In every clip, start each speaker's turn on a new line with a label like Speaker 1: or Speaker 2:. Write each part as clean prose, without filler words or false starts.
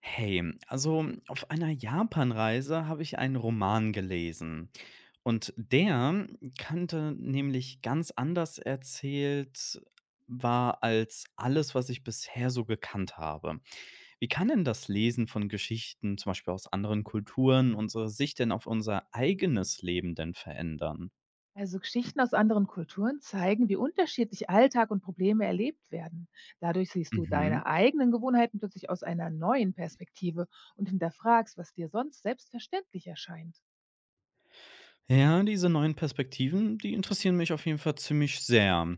Speaker 1: Hey, also auf einer Japanreise habe ich einen Roman gelesen. Und der kannte nämlich ganz anders erzählt war als alles, was ich bisher so gekannt habe. Wie kann denn das Lesen von Geschichten, zum Beispiel aus anderen Kulturen, unsere Sicht denn auf unser eigenes Leben denn verändern?
Speaker 2: Also Geschichten aus anderen Kulturen zeigen, wie unterschiedlich Alltag und Probleme erlebt werden. Dadurch siehst du
Speaker 1: Mhm.
Speaker 2: deine eigenen Gewohnheiten plötzlich aus einer neuen Perspektive und hinterfragst, was dir sonst selbstverständlich erscheint.
Speaker 1: Ja, diese neuen Perspektiven, die interessieren mich auf jeden Fall ziemlich sehr.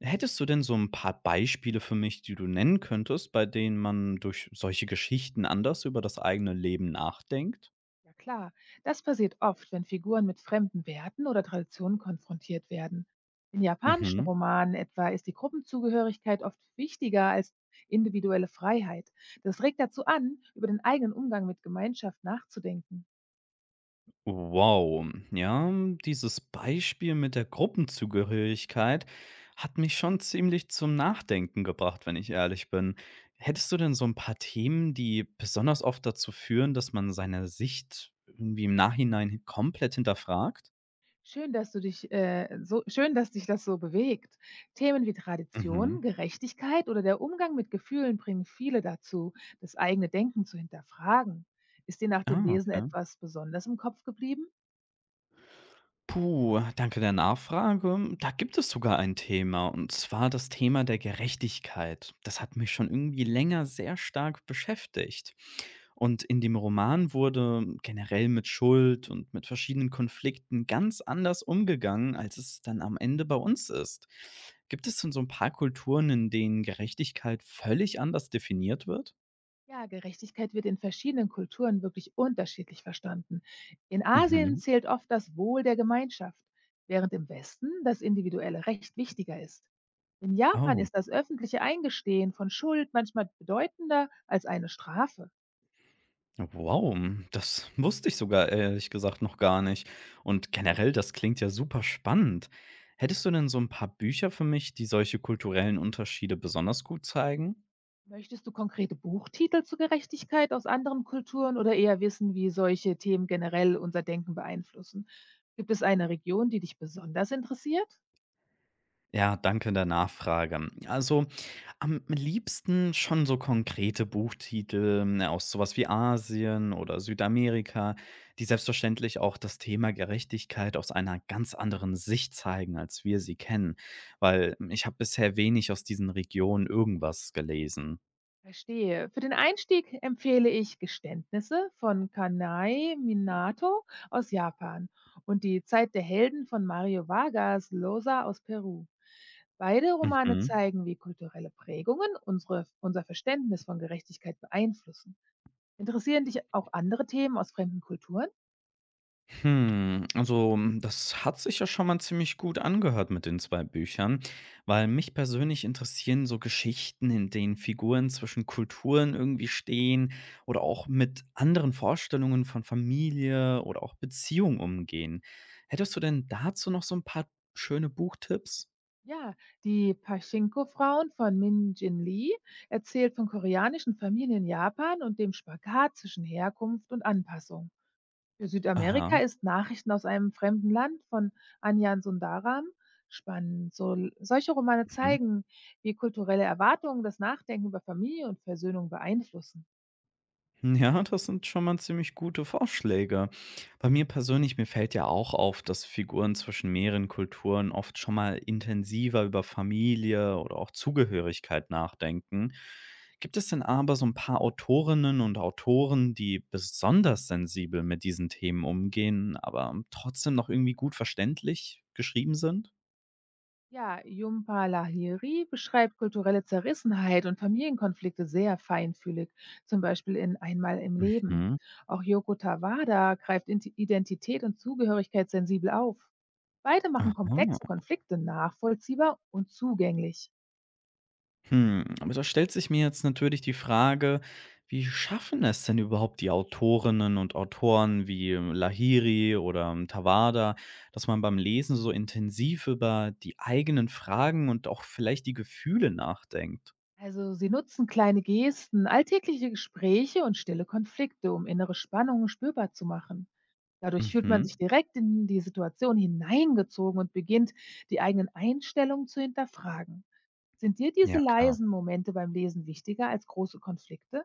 Speaker 1: Hättest du denn so ein paar Beispiele für mich, die du nennen könntest, bei denen man durch solche Geschichten anders über das eigene Leben nachdenkt?
Speaker 2: Ja klar, das passiert oft, wenn Figuren mit fremden Werten oder Traditionen konfrontiert werden. In japanischen
Speaker 1: Mhm.
Speaker 2: Romanen etwa ist die Gruppenzugehörigkeit oft wichtiger als individuelle Freiheit. Das regt dazu an, über den eigenen Umgang mit Gemeinschaft nachzudenken.
Speaker 1: Wow. Ja, dieses Beispiel mit der Gruppenzugehörigkeit hat mich schon ziemlich zum Nachdenken gebracht, wenn ich ehrlich bin. Hättest du denn so ein paar Themen, die besonders oft dazu führen, dass man seine Sicht irgendwie im Nachhinein komplett hinterfragt?
Speaker 2: Schön, dass du dich, So schön, dass dich das so bewegt. Themen wie Tradition,
Speaker 1: Mhm.
Speaker 2: Gerechtigkeit oder der Umgang mit Gefühlen bringen viele dazu, das eigene Denken zu hinterfragen. Ist dir nach dem
Speaker 1: Ah,
Speaker 2: Lesen
Speaker 1: okay.
Speaker 2: etwas besonders im Kopf geblieben?
Speaker 1: Puh, danke der Nachfrage. Da gibt es sogar ein Thema, und zwar das Thema der Gerechtigkeit. Das hat mich schon irgendwie länger sehr stark beschäftigt. Und in dem Roman wurde generell mit Schuld und mit verschiedenen Konflikten ganz anders umgegangen, als es dann am Ende bei uns ist. Gibt es denn so ein paar Kulturen, in denen Gerechtigkeit völlig anders definiert wird?
Speaker 2: Ja, Gerechtigkeit wird in verschiedenen Kulturen wirklich unterschiedlich verstanden. In Asien
Speaker 1: Mhm.
Speaker 2: zählt oft das Wohl der Gemeinschaft, während im Westen das individuelle Recht wichtiger ist. In Japan
Speaker 1: Oh.
Speaker 2: ist das öffentliche Eingestehen von Schuld manchmal bedeutender als eine Strafe.
Speaker 1: Wow, hm, das wusste ich sogar ehrlich gesagt noch gar nicht. Und generell, das klingt ja super spannend. Hättest du denn so ein paar Bücher für mich, die solche kulturellen Unterschiede besonders gut zeigen?
Speaker 2: Möchtest du konkrete Buchtitel zu Gerechtigkeit aus anderen Kulturen oder eher wissen, wie solche Themen generell unser Denken beeinflussen? Gibt es eine Region, die dich besonders interessiert?
Speaker 1: Ja, danke der Nachfrage. Also am liebsten schon so konkrete Buchtitel, ne, aus sowas wie Asien oder Südamerika, die selbstverständlich auch das Thema Gerechtigkeit aus einer ganz anderen Sicht zeigen, als wir sie kennen, weil ich habe bisher wenig aus diesen Regionen irgendwas gelesen.
Speaker 2: Verstehe. Für den Einstieg empfehle ich Geständnisse von Kanai Minato aus Japan und Die Zeit der Helden von Mario Vargas Llosa aus Peru. Beide Romane
Speaker 1: Mhm.
Speaker 2: zeigen, wie kulturelle Prägungen unser Verständnis von Gerechtigkeit beeinflussen. Interessieren dich auch andere Themen aus fremden Kulturen?
Speaker 1: Hm, also, hm, das hat sich ja schon mal ziemlich gut angehört mit den 2 Büchern, weil mich persönlich interessieren so Geschichten, in denen Figuren zwischen Kulturen irgendwie stehen oder auch mit anderen Vorstellungen von Familie oder auch Beziehung umgehen. Hättest du denn dazu noch so ein paar schöne Buchtipps?
Speaker 2: Ja, die Pachinko-Frauen von Min Jin Lee erzählt von koreanischen Familien in Japan und dem Spagat zwischen Herkunft und Anpassung. Für
Speaker 1: Aha,
Speaker 2: Südamerika ist Nachrichten aus einem fremden Land von Anjan Sundaram spannend. So, solche Romane
Speaker 1: mhm.
Speaker 2: zeigen, wie kulturelle Erwartungen das Nachdenken über Familie und Versöhnung beeinflussen.
Speaker 1: Ja, das sind schon mal ziemlich gute Vorschläge. Bei mir persönlich, mir fällt ja auch auf, dass Figuren zwischen mehreren Kulturen oft schon mal intensiver über Familie oder auch Zugehörigkeit nachdenken. Gibt es denn aber so ein paar Autorinnen und Autoren, die besonders sensibel mit diesen Themen umgehen, aber trotzdem noch irgendwie gut verständlich geschrieben sind?
Speaker 2: Ja, Jhumpa Lahiri beschreibt kulturelle Zerrissenheit und Familienkonflikte sehr feinfühlig, zum Beispiel in Einmal im Leben.
Speaker 1: Mhm.
Speaker 2: Auch Yoko Tawada greift Identität und Zugehörigkeit sensibel auf. Beide machen komplexe
Speaker 1: Aha.
Speaker 2: Konflikte nachvollziehbar und zugänglich.
Speaker 1: Hm, aber da stellt sich mir jetzt natürlich die Frage, wie schaffen es denn überhaupt die Autorinnen und Autoren wie Lahiri oder Tawada, dass man beim Lesen so intensiv über die eigenen Fragen und auch vielleicht die Gefühle nachdenkt?
Speaker 2: Also sie nutzen kleine Gesten, alltägliche Gespräche und stille Konflikte, um innere Spannungen spürbar zu machen. Dadurch fühlt man
Speaker 1: Mhm.
Speaker 2: sich direkt in die Situation hineingezogen und beginnt, die eigenen Einstellungen zu hinterfragen. Sind dir diese
Speaker 1: Ja, klar.
Speaker 2: leisen Momente beim Lesen wichtiger als große Konflikte?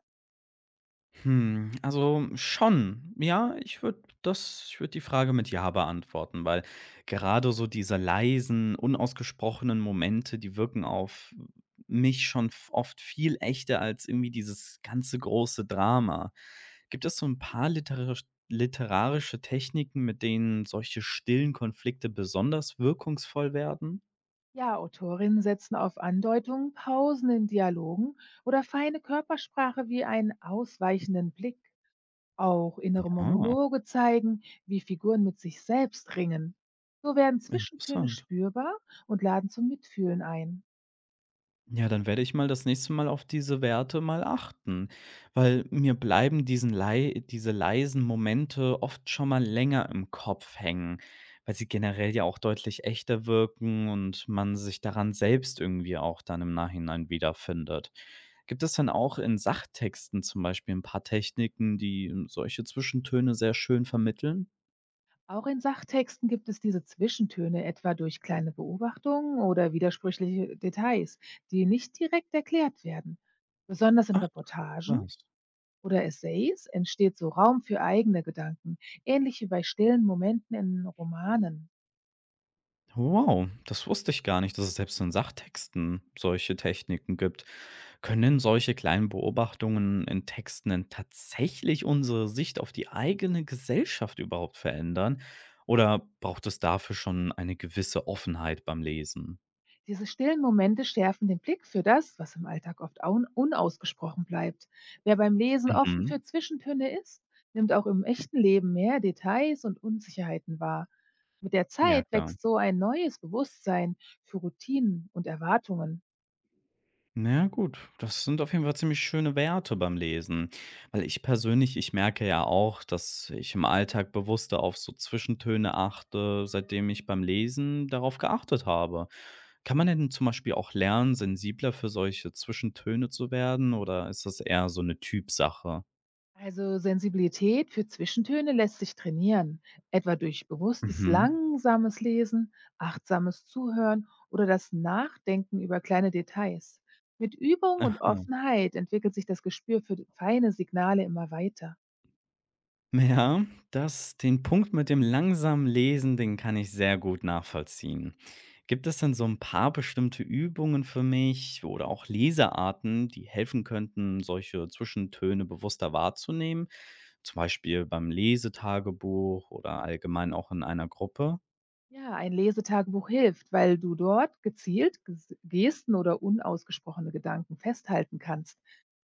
Speaker 1: Hm, also schon. Ja, ich würde die Frage mit ja beantworten, weil gerade so diese leisen, unausgesprochenen Momente, die wirken auf mich schon f oft viel echter als irgendwie dieses ganze große Drama. Gibt es so ein paar literarische Techniken, mit denen solche stillen Konflikte besonders wirkungsvoll werden?
Speaker 2: Ja, Autorinnen setzen auf Andeutungen, Pausen in Dialogen oder feine Körpersprache wie einen ausweichenden Blick. Auch innere
Speaker 1: Ah,
Speaker 2: Monologe zeigen, wie Figuren mit sich selbst ringen. So werden Zwischentöne
Speaker 1: interessant.
Speaker 2: spürbar und laden zum Mitfühlen ein.
Speaker 1: Ja, dann werde ich mal das nächste Mal auf diese Werte mal achten, weil mir bleiben diese leisen Momente oft schon mal länger im Kopf hängen, weil sie generell ja auch deutlich echter wirken und man sich daran selbst irgendwie auch dann im Nachhinein wiederfindet. Gibt es dann auch in Sachtexten zum Beispiel ein paar Techniken, die solche Zwischentöne sehr schön vermitteln?
Speaker 2: Auch in Sachtexten gibt es diese Zwischentöne, etwa durch kleine Beobachtungen oder widersprüchliche Details, die nicht direkt erklärt werden. Besonders in
Speaker 1: Ach,
Speaker 2: Reportagen
Speaker 1: was.
Speaker 2: oder Essays entsteht so Raum für eigene Gedanken, ähnlich wie bei stillen Momenten in Romanen.
Speaker 1: Wow, das wusste ich gar nicht, dass es selbst in Sachtexten solche Techniken gibt. Können denn solche kleinen Beobachtungen in Texten denn tatsächlich unsere Sicht auf die eigene Gesellschaft überhaupt verändern? Oder braucht es dafür schon eine gewisse Offenheit beim Lesen?
Speaker 2: Diese stillen Momente schärfen den Blick für das, was im Alltag oft unausgesprochen bleibt. Wer beim Lesen offen für
Speaker 1: Mhm.
Speaker 2: Zwischentöne ist, nimmt auch im echten Leben mehr Details und Unsicherheiten wahr. Mit der
Speaker 1: Ja,
Speaker 2: Zeit
Speaker 1: klar.
Speaker 2: wächst so ein neues Bewusstsein für Routinen und Erwartungen.
Speaker 1: Na ja, gut, das sind auf jeden Fall ziemlich schöne Werte beim Lesen. Weil ich persönlich, ich merke ja auch, dass ich im Alltag bewusster auf so Zwischentöne achte, seitdem ich beim Lesen darauf geachtet habe. Kann man denn zum Beispiel auch lernen, sensibler für solche Zwischentöne zu werden oder ist das eher so eine Typsache?
Speaker 2: Also Sensibilität für Zwischentöne lässt sich trainieren, etwa durch bewusstes,
Speaker 1: Mhm.
Speaker 2: langsames Lesen, achtsames Zuhören oder das Nachdenken über kleine Details. Mit Übung und Offenheit entwickelt sich das Gespür für feine Signale immer weiter.
Speaker 1: Ja, das den Punkt mit dem langsamen Lesen, den kann ich sehr gut nachvollziehen. Gibt es denn so ein paar bestimmte Übungen für mich oder auch Lesearten, die helfen könnten, solche Zwischentöne bewusster wahrzunehmen? Zum Beispiel beim Lesetagebuch oder allgemein auch in einer Gruppe?
Speaker 2: Ja, ein Lesetagebuch hilft, weil du dort gezielt Gesten oder unausgesprochene Gedanken festhalten kannst.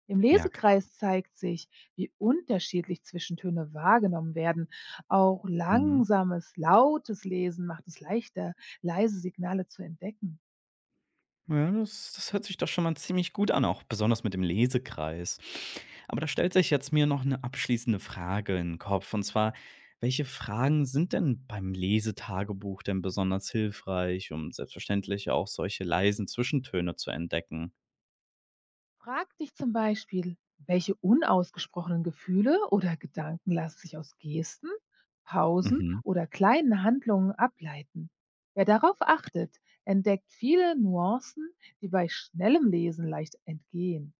Speaker 2: Im
Speaker 1: Ja, klar.
Speaker 2: Lesekreis zeigt sich, wie unterschiedlich Zwischentöne wahrgenommen werden. Auch
Speaker 1: Mhm.
Speaker 2: langsames, lautes Lesen macht es leichter, leise Signale zu entdecken.
Speaker 1: Ja, das hört sich doch schon mal ziemlich gut an, auch besonders mit dem Lesekreis. Aber da stellt sich jetzt mir noch eine abschließende Frage in 'n Kopf, und zwar: Welche Fragen sind denn beim Lesetagebuch denn besonders hilfreich, um selbstverständlich auch solche leisen Zwischentöne zu entdecken?
Speaker 2: Frag dich zum Beispiel: Welche unausgesprochenen Gefühle oder Gedanken lassen sich aus Gesten, Pausen
Speaker 1: Mhm.
Speaker 2: oder kleinen Handlungen ableiten? Wer darauf achtet, entdeckt viele Nuancen, die bei schnellem Lesen leicht entgehen.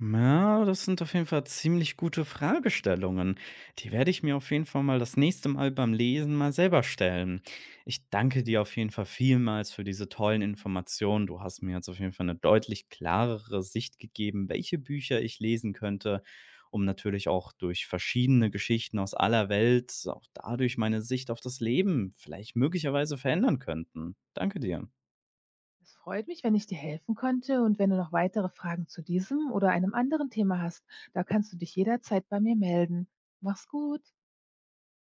Speaker 1: Ja, das sind auf jeden Fall ziemlich gute Fragestellungen. Die werde ich mir auf jeden Fall mal das nächste Mal beim Lesen mal selber stellen. Ich danke dir auf jeden Fall vielmals für diese tollen Informationen. Du hast mir jetzt auf jeden Fall eine deutlich klarere Sicht gegeben, welche Bücher ich lesen könnte, um natürlich auch durch verschiedene Geschichten aus aller Welt auch dadurch meine Sicht auf das Leben vielleicht möglicherweise verändern könnten. Danke dir.
Speaker 2: Es freut mich, wenn ich dir helfen konnte, und wenn du noch weitere Fragen zu diesem oder einem anderen Thema hast, da kannst du dich jederzeit bei mir melden. Mach's gut.